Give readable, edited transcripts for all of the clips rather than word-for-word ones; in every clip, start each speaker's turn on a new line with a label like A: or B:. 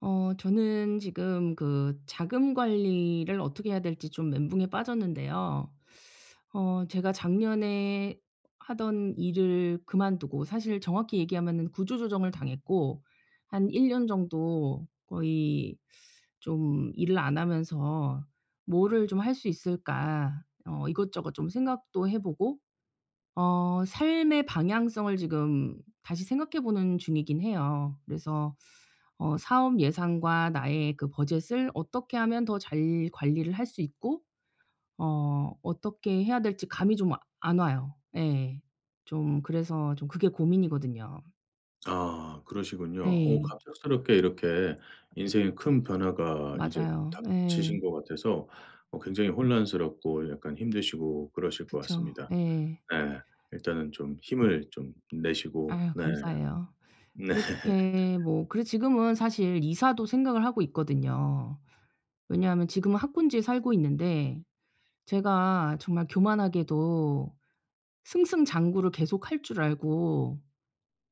A: 저는 지금 그 자금 관리를 어떻게 해야 될지 좀 멘붕에 빠졌는데요. 제가 작년에 하던 일을 그만두고, 사실 정확히 얘기하면은 구조조정을 당했고 한 1년 정도 거의 좀 일을 안 하면서 '뭐를 좀 할 수 있을까?' 이것저것 좀 생각도 해 보고 삶의 방향성을 지금 다시 생각해 보는 중이긴 해요. 그래서 사업 예산과 나의 그 버젯을 어떻게 하면 더 잘 관리를 할 수 있고 어떻게 해야 될지 감이 좀 안 와요. 예. 좀 그래서 좀 그게 고민이거든요.
B: 아 그러시군요. 네.
A: 네.
B: 갑작스럽게 이렇게 인생의 큰 변화가 이제
A: 맞아요.
B: 닥치신
A: 예.
B: 것 같아서 굉장히 혼란스럽고 약간 힘드시고 그러실 것
A: 그쵸.
B: 같습니다.
A: 예.
B: 네. 일단은 좀 힘을 좀 내시고
A: 아유,
B: 네.
A: 감사해요.
B: 네.
A: 이렇게 뭐 그래서 지금은 사실 이사도 생각을 하고 있거든요. 왜냐하면 지금은 학군지에 살고 있는데 제가 정말 교만하게도 승승장구를 계속할 줄 알고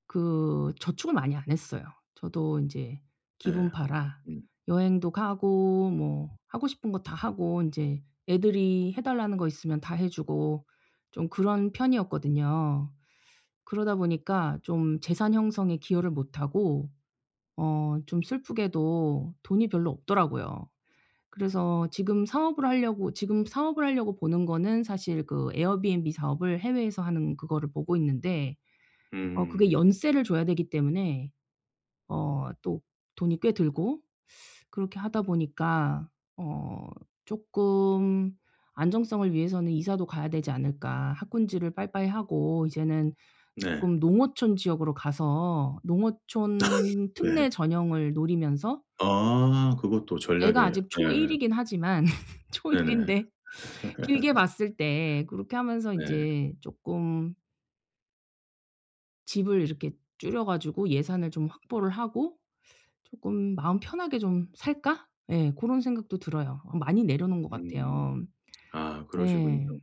A: 그 저축을 많이 안 했어요. 저도 인제 기분 팔아
B: 음.
A: 여행도 가고 뭐 하고 싶은 거 다 하고 인제 애들이 해 달라는 거 있으면 다 해 주고 좀 그런 편이었거든요. 그러다 보니까 좀 재산 형성에 기여를 못 하고 좀 슬프게도 돈이 별로 없더라고요. 그래서 지금 사업을 하려고 보는 거는 사실 그 에어비앤비 사업을 해외에서 하는 그거를 보고 있는데 그게
B: 음.
A: 연세를 줘야 되기 때문에 어 또 돈이 꽤 들고 그렇게 하다 보니까 어 쪼끔 '안정성을 위해서는 이사도 가야 되지 않을까.' 학군지를 빠이빠이 하고 이제는
B: 네.
A: 쪼끔 농어촌 지역으로 가서 농어촌
B: 네.
A: 특례 전형을 노리면서
B: 아 그것도 전략에.
A: 애가 아직 초1
B: 네.
A: 이긴 하지만 초1
B: 네네.
A: 인데 길게 봤을 때 그렇게 하면서
B: 네.
A: 인제 쪼끔 집을 이렇게 줄여 가지고 예산을 좀 확보를 하고 쪼끔 '마음 편하게 좀 살까?' 예, 고런 생각도 들어요. 많이 내려놓은 것
B: 음.
A: 같아요.
B: 아 그러시군요.
A: 네.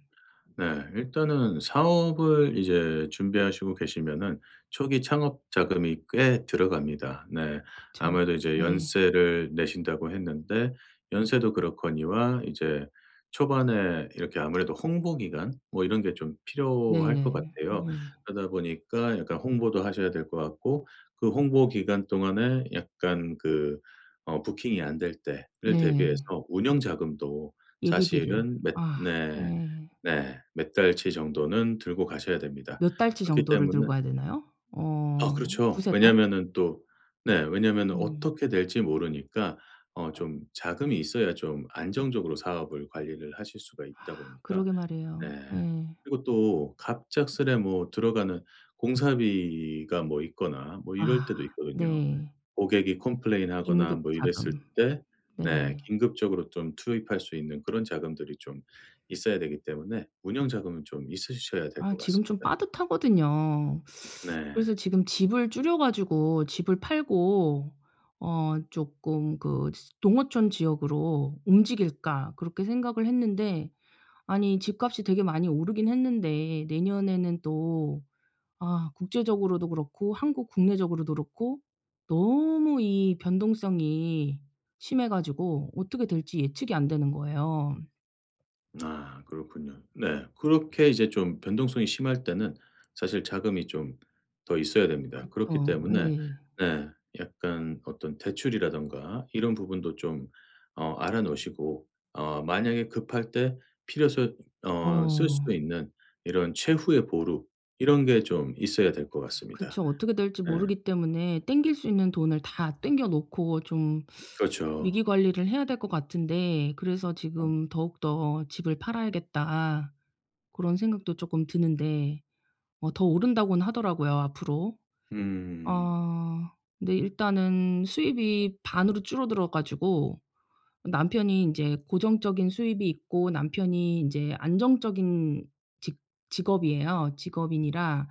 B: 네. 일단은 사업을 이제 준비하시고 계시면은 초기 창업 자금이 꽤 들어갑니다. 네.
A: 그쵸.
B: 아무래도 이제
A: 네.
B: 연세를 내신다고 했는데 연세도 그렇거니와 이제 초반에 이렇게 아무래도 홍보 기간 뭐 이런 게 좀 필요할 것
A: 네네.
B: 같아요.
A: 네.
B: 그러다 보니까 약간 홍보도 하셔야 될 것 같고 그 홍보 기간 동안에 약간 그 부킹이 안 될 때를
A: 네.
B: 대비해서 운영 자금도
A: 예비비를.
B: 사실은 몇
A: 아,
B: 네.
A: 예.
B: 네. 몇 달치 정도는 들고 가셔야 됩니다.
A: 몇 달치
B: 그렇기
A: 정도를
B: 때문에
A: 들고 와야 되나요?
B: 아 그렇죠.
A: 두세 달?
B: 왜냐면은 또 네 왜냐면은
A: 음.
B: 어떻게 될지 모르니까 좀 자금이 있어야 좀 안정적으로 사업을 관리를 하실 수가 있다 보니까
A: 그러게
B: 네.
A: 말이에요. 예.
B: 그리고 또 갑작스레 뭐 들어가는 공사비가 뭐 있거나 뭐 이럴
A: 아,
B: 때도 있거든요.
A: 네.
B: 고객이 컴플레인하거나
A: 긴급
B: 뭐 이랬을
A: 자금.
B: 때
A: 네.
B: 네 긴급적으로 좀 투입할 수 있는 그런 자금들이 좀 있어야 되기 때문에 운영 자금은 좀 있으셔야 될
A: 아,
B: 것
A: 지금 좀
B: 같습니다.
A: 빠듯하거든요.
B: 네.
A: 그래서 지금 집을 줄여 가지고 집을 팔고 쪼끔 그 스 '동어촌 지역으로 움직일까 그렇게 생각을 했는데, 아니 집값이 되게 많이 오르긴 했는데 내년에는 또 아 국제적으로도 그렇고 한국 국내적으로도 그렇고 너무 이 변동성이 심해 가지고 어떻게 될지 예측이 안 되는 거예요.
B: 아 그렇군요. 네. 그렇게 이제 좀 변동성이 심할 때는 사실 자금이 좀 더 있어야 됩니다.
A: 그쵸.
B: 그렇기 때문에
A: 예.
B: 네 약간 어떤 대출이라든가 이런 부분도 좀 알아 놓으시고 만약에 급할 때 필요서 해어쓸 수
A: 어
B: 있는 이런 최후의 보루 이런 게 좀 있어야 될 것 같습니다.
A: 그쵸. 어떻게 될지
B: 네.
A: 모르기 때문에 땡길 수 있는 돈을 다 땡겨 놓고 좀
B: 그렇죠.
A: 위기 관리를 해야 될 것 같은데 그래서 지금 더욱더 '집을 팔아야겠다.' 고런 생각도 쪼끔 드는데 더 오른다고는 하더라고요, 앞으로. 어
B: 음.
A: 근데 일단은 수입이 반으로 줄어들어 가지고 남편이 인제 고정적인 수입이 있고 남편이 인제 안정적인 직 직업이에요. 직업인이라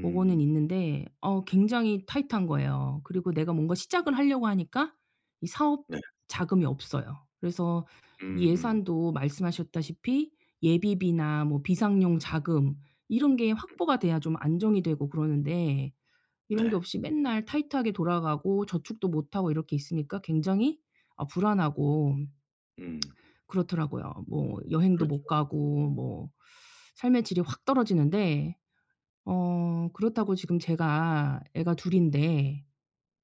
A: 고거는 있는데 굉장히 타이트한 거예요. 그리고 내가 뭔가 시작을 하려고 하니까 이 사업
B: 네.
A: 자금이 없어요. 그래서 이
B: 음음.
A: 예산도 말씀하셨다시피 예비비나 뭐 비상용 자금 이런 게 확보가 돼야 좀 안정이 되고 그러는데, 이런 게
B: 네.
A: 없이 맨날 타이트하게 돌아가고 저축도 못 하고 이렇게 있으니까 굉장히, 불안하고
B: 음.
A: 그렇더라고요. 뭐 여행도
B: 그렇죠.
A: 못 가고 뭐 삶의 질이 확 떨어지는데 그렇다고 지금 제가 애가 둘 인데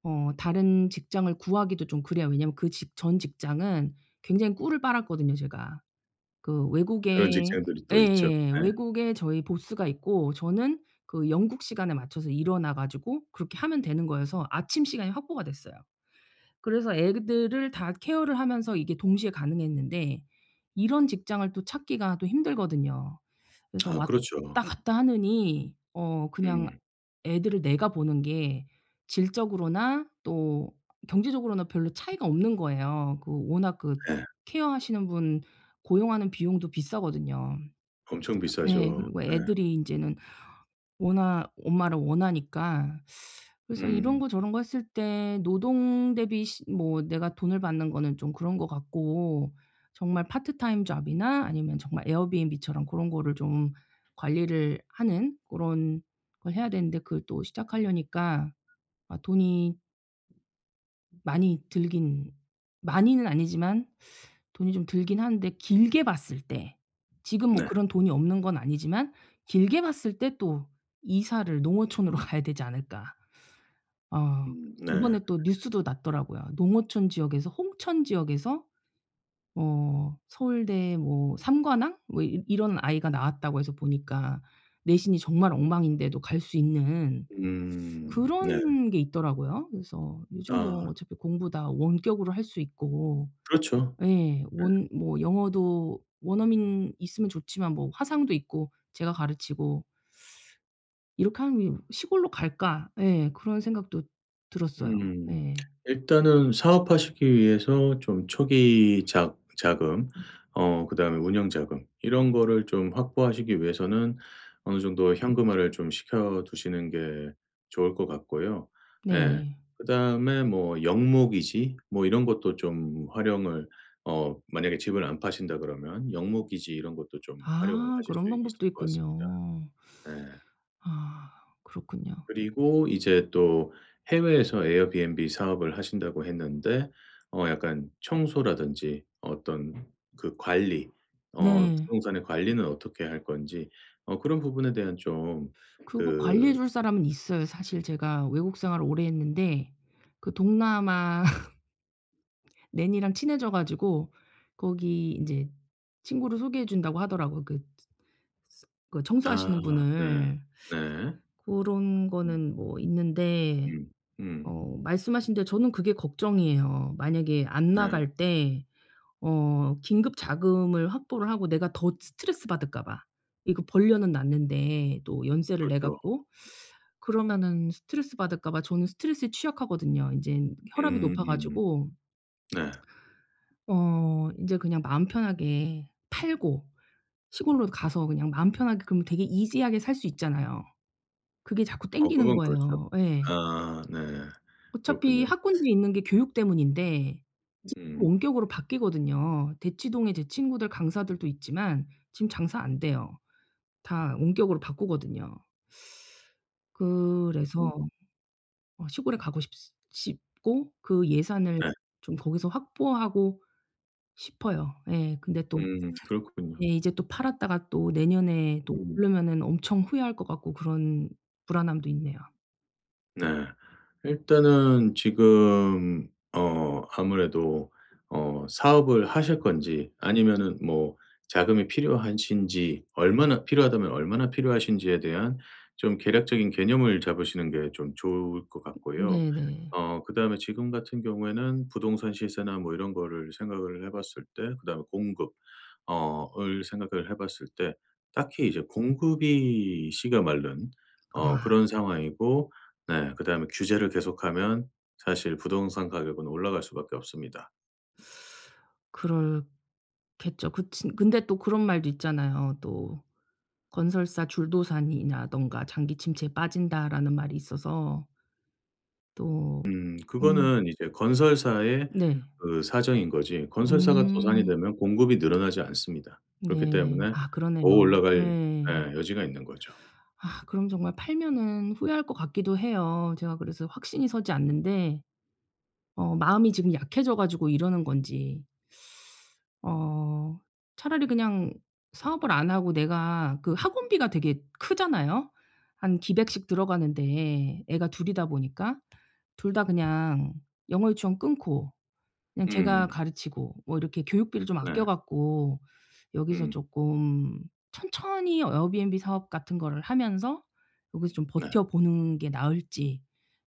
A: 다른 직장을 구하기도 좀 그래요. 왜냐면 그 직 전 직장은 굉장히 꿀을 빨았거든요, 제가. 그
B: 그런
A: 외국에.
B: 직장들이 또 있죠.
A: 예예.
B: 네.
A: 외국에 저희 보스가 있고 저는 그 영국 시간에 맞춰서 일어나 가지고 그렇게 하면 되는 거여서 아침 시간이 확보가 됐어요. 그래서 애들을 다 케어를 하면서 이게 동시에 가능했는데 이런 직장을 또 찾기가 또 힘들거든요. 그래서
B: 아
A: 왔다
B: 그렇죠.
A: 갔다 하느니 그냥
B: 음.
A: 애들을 내가 보는 게 질적으로나 또 경제적으로나 별로 차이가 없는 거예요. 그 워낙 그
B: 네.
A: 케어하시는 분 고용하는 비용도 비싸거든요.
B: 엄청
A: 예.
B: 비싸죠.
A: 그리고
B: 네.
A: 애들이 인제는 원하 엄마를 원하니까. 그래서 이런
B: 음.
A: 거 저런 거 했을 때 노동 대비 시 뭐 내가 돈을 받는 거는 좀 그런 것 같고 정말 파트타임 잡이나 아니면 정말 에어비앤비처럼 고런 거를 좀 관리를 하는 고런 걸 해야 되는데, 그걸 또 시작하려니까 아, 돈이 많이 들긴, 많이는 아니지만 돈이 좀 들긴 하는데, 길게 봤을 때 지금 뭐
B: 네.
A: 그런 돈이 없는 건 아니지만 길게 봤을 때 또 이사를 농어촌으로 가야 되지 않을까. 어
B: 네.
A: 이번에 또 뉴스도 났더라고요. 농어촌 지역에서 홍천 지역에서 서울대 뭐 3 관왕 뭐 이 이런 아이가 나왔다고 해서 보니까 내신이 정말 엉망인데도 갈 수 있는
B: 네.
A: 그런 게 있더라고요. 그래서 요즘 뭐
B: 아
A: 어차피 공부 다 원격으로 할 수 있고.
B: 그렇죠.
A: 예. 원 뭐 영어도 원어민 있으면 좋지만 뭐 화상도 있고 제가 가르치고 이렇게 하는 '시골로 갈까?' 예. 그런 생각도 들었어요.
B: 음.
A: 예.
B: 일단은 사업하시기 위해서 좀 초기 자 자금 그다음에 운영 자금 이런 거를 좀 확보하시기 위해서는 어느 정도 현금화를 좀 시켜 두시는 게 좋을 것 같고요. 예.
A: 네.
B: 그다음에 뭐 영목이지 뭐 이런 것도 좀 활용을 만약에 집을 안 파신다 그러면 영목이지 이런 것도 좀 활용을
A: 아,
B: 하실 수
A: 그런
B: 있을
A: 방법도
B: 것 같습니다.
A: 있군요.
B: 네.
A: 아, 그렇군요.
B: 그리고 이제 또 해외에서 에어비앤비 사업을 하신다고 했는데 약간 청소라든지 어떤 그 관리
A: 네.
B: 부동산의 관리는 어떻게 할 건지 그런 부분에 대한 좀
A: 그거 관리해
B: 그
A: 줄 사람은 있어요. 사실 제가 외국 생활을 오래 했는데 그 동남아 낸이랑 친해져 가지고 거기 인제 친구를 소개해 준다고 하더라고요. 그 스 그
B: 아
A: 청소하시는
B: 네.
A: 분을.
B: 네.
A: 고런
B: 음
A: 거는 뭐 있는데
B: 음. 음.
A: 말씀하신 대로 저는 그게 걱정이에요. 만약에 안
B: 네.
A: 나갈 때 긴급 자금을 확보를 하고 내가 더 스트레스 받을까 봐. 이거 벌려는 놨는데 또 연세를 내
B: 그렇죠.
A: 갖고 그러면은 스트레스 받을까 봐. 저는 스트레스에 취약하거든요. 인젠 혈압이 높아
B: 음음.
A: 가지고
B: 네.
A: 인제 그냥 마음 편하게 팔고 시골로 가서 그냥 마음 편하게 그러면 되게 이지하게 살 수 있잖아요. 그게 자꾸 당기는
B: 그건 그렇죠.
A: 거예요. 예.
B: 아 네.
A: 어차피
B: 그렇군요.
A: 학군지에 있는 게 교육 때문인데 이제 또
B: 음.
A: 원격으로 바뀌거든요. 대치동에 제 친구들 강사들도 있지만 지금 장사 안 돼요. 다 원격으로 바꾸거든요. 그래서 시골에 가고 싶 싶고 그 예산을
B: 네.
A: 좀 거기서 확보하고 싶어요. 예. 근데 또.
B: 그렇군요.
A: 예. 이제 또 팔았다가 또 내년에 또
B: 음.
A: 오르면은 엄청 후회할 것 같고 그런 불안함도 있네요.
B: 네. 일단은 지금 아무래도 사업을 하실 건지 아니면은 뭐 자금이 필요하신지 얼마나 필요하다면 얼마나 필요하신지에 대한 좀 계략적인 개념을 잡으시는 게 좀 좋을 것 같고요.
A: 네네.
B: 그다음에 지금 같은 경우에는 부동산 시세나 뭐 이런 거를 생각을 해 봤을 때 그다음에 공급 을 생각을 해 봤을 때 딱히 이제 공급이 씨가 마른
A: 아,
B: 그런 상황이고 네 그다음에 규제를 계속하면 사실 부동산 가격은 올라갈 수밖에 없습니다.
A: 그렇겠죠. 그치 근데 또 그런 말도 있잖아요. 또 "건설사 줄도산이라든가 장기 침체에 빠진다."라는 말이 있어서. 또. 음.
B: 그거는 이제 건설사의
A: 네.
B: 그 사정인 거지 건설사가 도산이
A: 음.
B: 되면 공급이 늘어나지 않습니다. 그렇기
A: 네.
B: 때문에
A: 아,
B: 더
A: 그러네요.
B: 올라갈
A: 네.
B: 예 여지가 있는 거죠.
A: 아, 그럼 정말 팔면은 후회할 것 같기도 해요. 제가 그래서 확신이 서지 않는데 마음이 지금 약해져 가지고 이러는 건지 어 차라리 그냥 사업을 안 하고, 내가 그 학원비가 되게 크잖아요. 한 기백씩 들어가는데 애가 둘이다 보니까 둘 다 그냥 영어 유치원 끊고 그냥 제가
B: 음.
A: 가르치고 뭐 이렇게 교육비를 좀
B: 네.
A: 아껴 갖고 여기서
B: 음.
A: 조금 천천히 에어비앤비 사업 같은 거를 하면서 여기서 좀
B: 네.
A: 버텨 보는 게 나을지,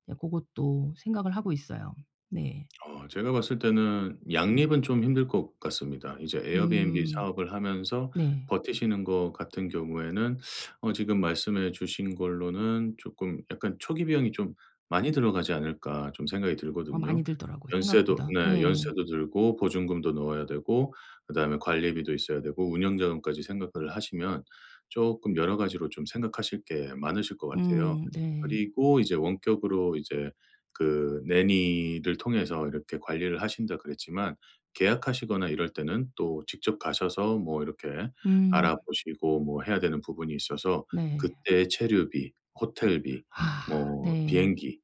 A: 네것도 생각을 하고 있어요. 네.
B: 제가 봤을 때는 양립은 좀 힘들 것 같습니다. 이제 에어비앤비
A: 음.
B: 사업을 하면서
A: 네.
B: 버티시는 것 같은 경우에는 지금 말씀해 주신 걸로는 조금 약간 '초기 비용이 좀 많이 들어가지 않을까.' 좀 생각이
A: 많이
B: 들거든요.
A: 들더라고요,
B: 연세도
A: 생각보다.
B: 네
A: 네.
B: 연세도 들고 보증금도 넣어야 되고 그다음에 관리비도 있어야 되고 운영 자금까지 생각을 하시면 조금 여러 가지로 좀 생각하실 게 많으실 것 같아요.
A: 음. 네.
B: 그리고 이제 원격으로 이제 그 내니를 통해서 이렇게 관리를 하신다." 그랬지만 계약하시거나 이럴 때는 또 직접 가셔서 뭐 이렇게
A: 음.
B: 알아보시고 뭐 해야 되는 부분이 있어서
A: 네.
B: 그때의 체류비, 호텔비,
A: 아,
B: 뭐
A: 네.
B: 비행기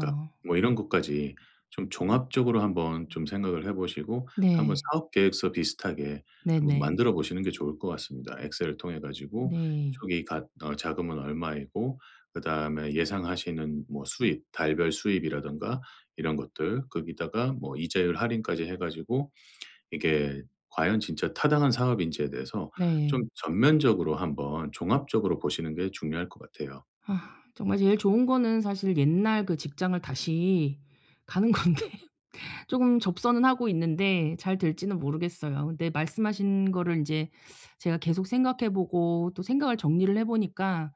B: 값 뭐 이런 것까지 좀 종합적으로 한번 좀 생각을 해 보시고 한번
A: 네.
B: 사업 계획서 비슷하게 한번
A: 네네.
B: 만들어 보시는 게 좋을 것 같습니다. 엑셀을 통해 가지고
A: 네.
B: 초기 가 자금은 얼마이고 그다음에 예상하시는 뭐 수입, 달별 수입이라든가 이런 것들 거기다가 뭐 이자율 할인까지 해 가지고 이게 과연 진짜 타당한 사업인지에 대해서
A: 네.
B: 좀 전면적으로 한번 종합적으로 보시는 게 중요할 것 같아요.
A: 아, 정말 제일 좋은 거는 사실 옛날 그 직장을 다시 가는 건데 쪼금 접선은 하고 있는데 잘 될지는 모르겠어요. 근데 말씀하신 거를 인제 제가 계속 생각해 보고 또 생각을 정리를 해 보니까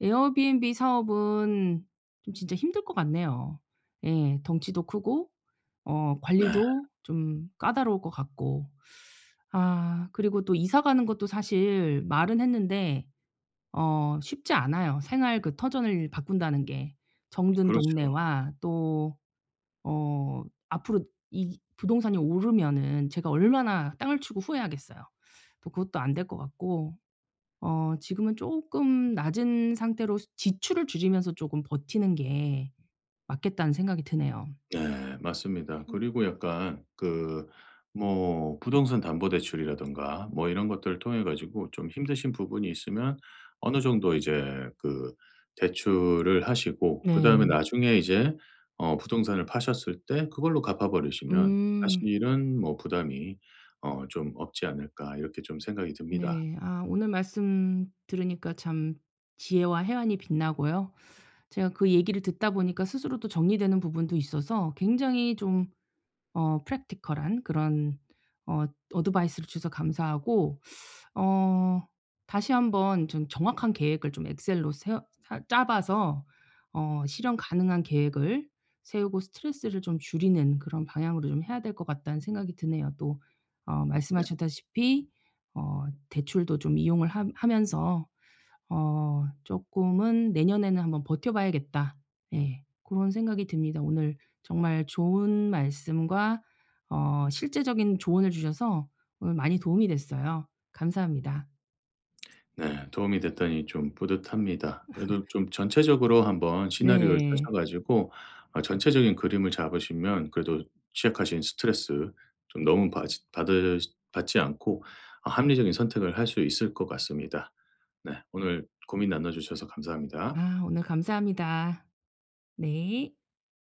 A: 에어비앤비 사업은 좀 진짜 힘들 것 같네요. 예. 덩치도 크고
B: 네.
A: 관리도 좀 까다로울 것 같고. 아, 그리고 또 이사 가는 것도 사실 말은 했는데 쉽지 않아요. 생활 그 터전을 바꾼다는 게. 정든
B: 그렇죠.
A: 동네와, 또 앞으로 이 부동산이 오르면은 제가 얼마나 땅을 치고 후회하겠어요. 또 그것도 안 될 것 같고 지금은 쪼끔 낮은 상태로 수 지출을 줄이면서 쪼금 버티는 게 맞겠다는 생각이 드네요.
B: 네. 맞습니다.
A: 음.
B: 그리고 약간 그 뭐 부동산 담보 대출이라든가 뭐 이런 것들을 통해 가지고 좀 힘드신 부분이 있으면 어느 정도 이제 그 대출을 하시고 그다음에
A: 네.
B: 나중에 이제 부동산을 파셨을 때 그걸로 갚아 버리시면
A: 음.
B: 사실은 뭐 부담이 좀 없지 않을까 이렇게 좀 생각이 듭니다.
A: 네. 아, 오늘 말씀 들으니까 참 지혜와 해안이 빛나고요. 제가 그 얘기를 듣다 보니까 스스로도 정리되는 부분도 있어서 굉장히 좀 어프 r 티컬한 그런 어 어드바이스를 주셔서 감사하고 어 다시 한번 좀 정확한 계획을 좀 엑셀로 세워 짜 봐서 실현 가능한 계획을 세우고 스트레스를 좀 줄이는 그런 방향으로 좀 해야 될 것 같다는 생각이 드네요. 또 말씀하셨다시피 어 대출도 좀 이용을 하면서 조금은 '내년에는 한번 버텨 봐야겠다.' 예. 고런 생각이 듭니다. 오늘 정말 좋은 말씀과 실제적인 조언을 주셔서 오늘 많이 도움이 됐어요. 감사합니다.
B: 네. 도움이 됐더니 좀 뿌듯합니다. 그래도 좀 전체적으로 한번 시나리오를 짜셔
A: 네.
B: 가지고 전체적인 그림을 잡으시면 그래도 시작하신 스트레스 좀 너무 받지 않고 아 합리적인 선택을 할 수 있을 것 같습니다. 네. 오늘 고민 나눠 주셔서 감사합니다.
A: 아, 오늘 감사합니다. 네.